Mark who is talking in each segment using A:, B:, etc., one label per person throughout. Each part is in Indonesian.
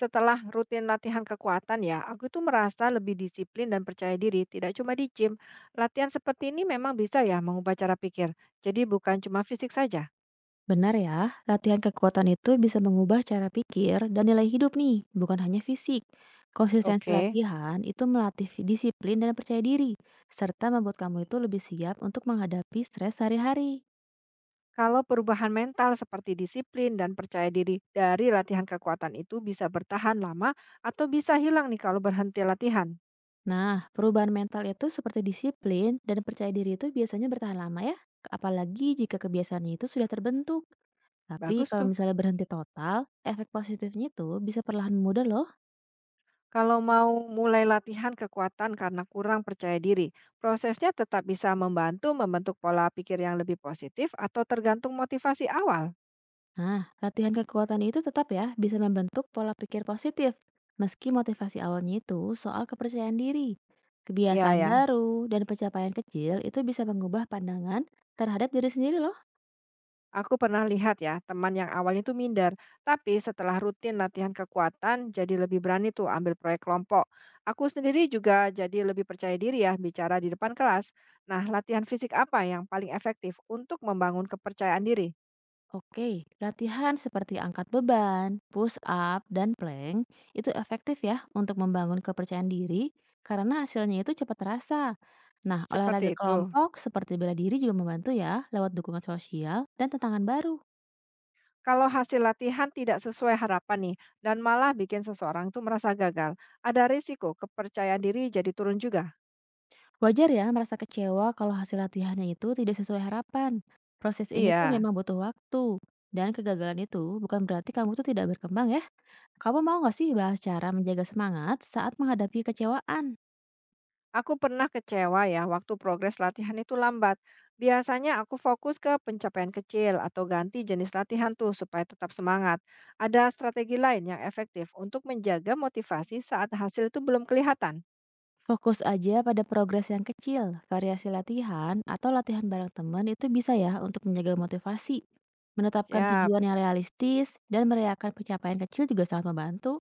A: Setelah rutin latihan kekuatan ya, aku tuh merasa lebih disiplin dan percaya diri, tidak cuma di gym. Latihan seperti ini memang bisa ya mengubah cara pikir. Jadi bukan cuma fisik saja.
B: Benar ya, latihan kekuatan itu bisa mengubah cara pikir dan nilai hidup nih, bukan hanya fisik. Konsistensi
A: Oke.
B: latihan itu melatih disiplin dan percaya diri, serta membuat kamu itu lebih siap untuk menghadapi stres sehari-hari.
A: Kalau perubahan mental seperti disiplin dan percaya diri dari latihan kekuatan itu bisa bertahan lama atau bisa hilang nih kalau berhenti latihan.
B: Nah, perubahan mental itu seperti disiplin dan percaya diri itu biasanya bertahan lama ya, apalagi jika kebiasaannya itu sudah terbentuk. Tapi
A: Bagus
B: kalau
A: tuh.
B: misalnya berhenti total, efek positifnya itu bisa perlahan mudah loh.
A: Kalau mau mulai latihan kekuatan karena kurang percaya diri, prosesnya tetap bisa membantu membentuk pola pikir yang lebih positif atau tergantung motivasi awal.
B: Nah, latihan kekuatan itu tetap ya bisa membentuk pola pikir positif, meski motivasi awalnya itu soal kepercayaan diri.
A: Ya,
B: Kebiasaan
A: ya.
B: baru dan pencapaian kecil itu bisa mengubah pandangan terhadap diri sendiri loh.
A: Aku pernah lihat ya, teman yang awalnya itu minder, tapi setelah rutin latihan kekuatan jadi lebih berani tuh ambil proyek kelompok. Aku sendiri juga jadi lebih percaya diri ya bicara di depan kelas. Nah, latihan fisik apa yang paling efektif untuk membangun kepercayaan diri?
B: Oke, latihan seperti angkat beban, push up, dan plank itu efektif ya untuk membangun kepercayaan diri karena hasilnya itu cepat terasa. Nah, olahraga
A: Seperti itu.
B: kelompok seperti bela diri juga membantu ya lewat dukungan sosial dan tantangan baru.
A: Kalau hasil latihan tidak sesuai harapan nih dan malah bikin seseorang tuh merasa gagal, ada risiko kepercayaan diri jadi turun juga.
B: Wajar ya merasa kecewa kalau hasil latihannya itu tidak sesuai harapan. Proses ini tuh
A: Iya.
B: memang butuh waktu. Dan kegagalan itu bukan berarti kamu tuh tidak berkembang ya. Kamu mau nggak sih bahas cara menjaga semangat saat menghadapi kecewaan?
A: Aku pernah kecewa ya waktu progres latihan itu lambat. Biasanya aku fokus ke pencapaian kecil atau ganti jenis latihan tuh supaya tetap semangat. Ada strategi lain yang efektif untuk menjaga motivasi saat hasil itu belum kelihatan.
B: Fokus aja pada progres yang kecil, variasi latihan, atau latihan bareng teman itu bisa ya untuk menjaga motivasi. Menetapkan
A: Siap.
B: tujuan yang realistis dan merayakan pencapaian kecil juga sangat membantu.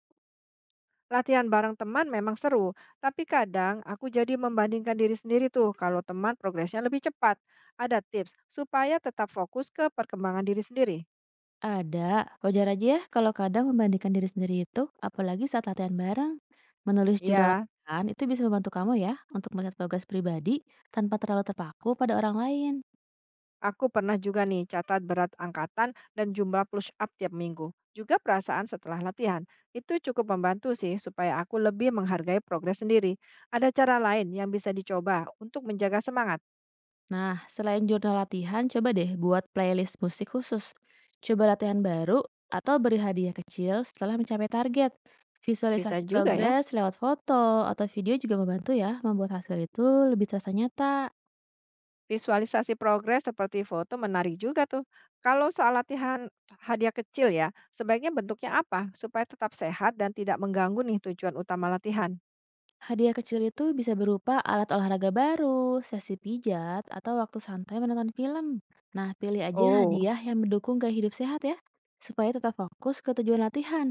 A: Latihan bareng teman memang seru, tapi kadang aku jadi membandingkan diri sendiri tuh kalau teman progresnya lebih cepat. Ada tips supaya tetap fokus ke perkembangan diri sendiri.
B: Ada, wajar aja ya kalau kadang membandingkan diri sendiri itu, apalagi saat latihan bareng. Menulis jurnal
A: Iya.
B: latihan itu bisa membantu kamu ya untuk melihat progres pribadi tanpa terlalu terpaku pada orang lain.
A: Aku pernah juga nih catat berat angkatan dan jumlah push up tiap minggu. Juga perasaan setelah latihan. Itu cukup membantu sih supaya aku lebih menghargai progres sendiri. Ada cara lain yang bisa dicoba untuk menjaga semangat.
B: Nah, selain jurnal latihan, coba deh buat playlist musik khusus. Coba latihan baru atau beri hadiah kecil setelah mencapai target.
A: Bisa
B: Visualisasi
A: juga ya.
B: progres lewat foto atau video juga membantu ya membuat hasil itu lebih terasa nyata.
A: Visualisasi progres seperti foto menarik juga tuh. Kalau soal latihan hadiah kecil ya, sebaiknya bentuknya apa supaya tetap sehat dan tidak mengganggu nih tujuan utama latihan.
B: Hadiah kecil itu bisa berupa alat olahraga baru, sesi pijat, atau waktu santai menonton film. Nah, pilih aja
A: Oh.
B: hadiah yang mendukung gaya hidup sehat ya, supaya tetap fokus ke tujuan latihan.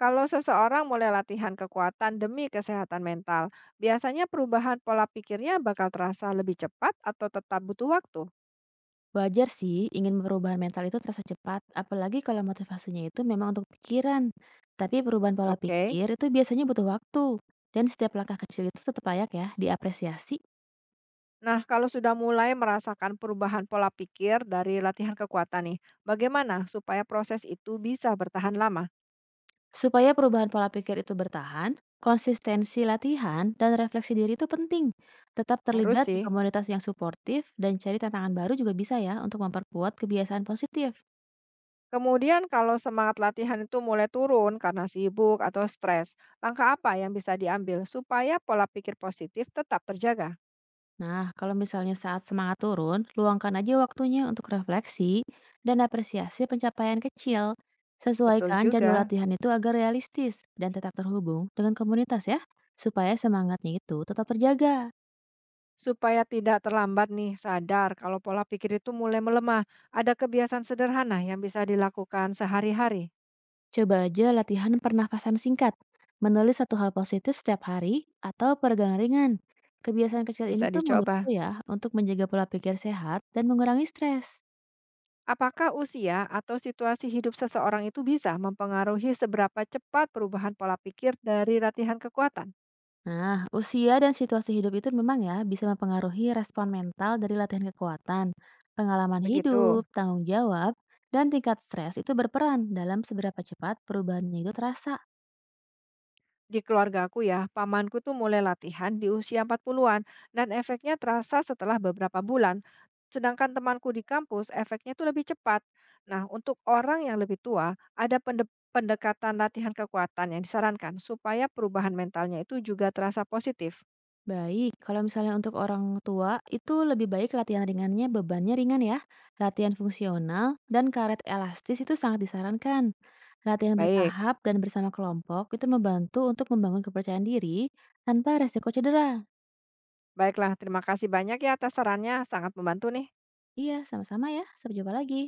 A: Kalau seseorang mulai latihan kekuatan demi kesehatan mental, biasanya perubahan pola pikirnya bakal terasa lebih cepat atau tetap butuh waktu.
B: Wajar sih ingin perubahan mental itu terasa cepat, apalagi kalau motivasinya itu memang untuk pikiran. Tapi perubahan pola
A: Oke.
B: pikir itu biasanya butuh waktu. Dan setiap langkah kecil itu tetap layak ya diapresiasi.
A: Nah, kalau sudah mulai merasakan perubahan pola pikir dari latihan kekuatan nih, bagaimana supaya proses itu bisa bertahan lama?
B: Supaya perubahan pola pikir itu bertahan, konsistensi latihan dan refleksi diri itu penting. Tetap
A: Harus
B: terlibat di
A: sih.
B: komunitas yang suportif dan cari tantangan baru juga bisa ya untuk memperkuat kebiasaan positif.
A: Kemudian kalau semangat latihan itu mulai turun karena sibuk atau stres, langkah apa yang bisa diambil supaya pola pikir positif tetap terjaga?
B: Nah, kalau misalnya saat semangat turun, luangkan aja waktunya untuk refleksi dan apresiasi pencapaian kecil.
A: Betul
B: Sesuaikan jadwal
A: juga.
B: latihan itu agar realistis dan tetap terhubung dengan komunitas ya, supaya semangatnya itu tetap terjaga.
A: Supaya tidak terlambat nih sadar kalau pola pikir itu mulai melemah, ada kebiasaan sederhana yang bisa dilakukan sehari-hari.
B: Coba aja latihan pernafasan singkat, menulis satu hal positif setiap hari, atau peregangan ringan. Kebiasaan kecil ini
A: Bisa
B: tuh
A: dicoba.
B: membantu ya untuk menjaga pola pikir sehat dan mengurangi stres.
A: Apakah usia atau situasi hidup seseorang itu bisa mempengaruhi seberapa cepat perubahan pola pikir dari latihan kekuatan?
B: Nah, usia dan situasi hidup itu memang ya bisa mempengaruhi respon mental dari latihan kekuatan, pengalaman
A: Begitu.
B: hidup, tanggung jawab, dan tingkat stres itu berperan dalam seberapa cepat perubahannya itu terasa.
A: Di keluarga aku ya, pamanku tuh mulai latihan di usia 40-an dan efeknya terasa setelah beberapa bulan. Sedangkan temanku di kampus efeknya tuh lebih cepat. Nah, untuk orang yang lebih tua, ada pendekatan latihan kekuatan yang disarankan supaya perubahan mentalnya itu juga terasa positif.
B: Baik, kalau misalnya untuk orang tua, itu lebih baik latihan ringannya bebannya ringan ya. Latihan fungsional dan karet elastis itu sangat disarankan. Latihan
A: Baik,
B: bertahap dan bersama kelompok itu membantu untuk membangun kepercayaan diri tanpa resiko cedera.
A: baiklah. Terima kasih banyak ya atas sarannya. Sangat membantu nih.
B: Iya, sama-sama ya. Sampai jumpa lagi.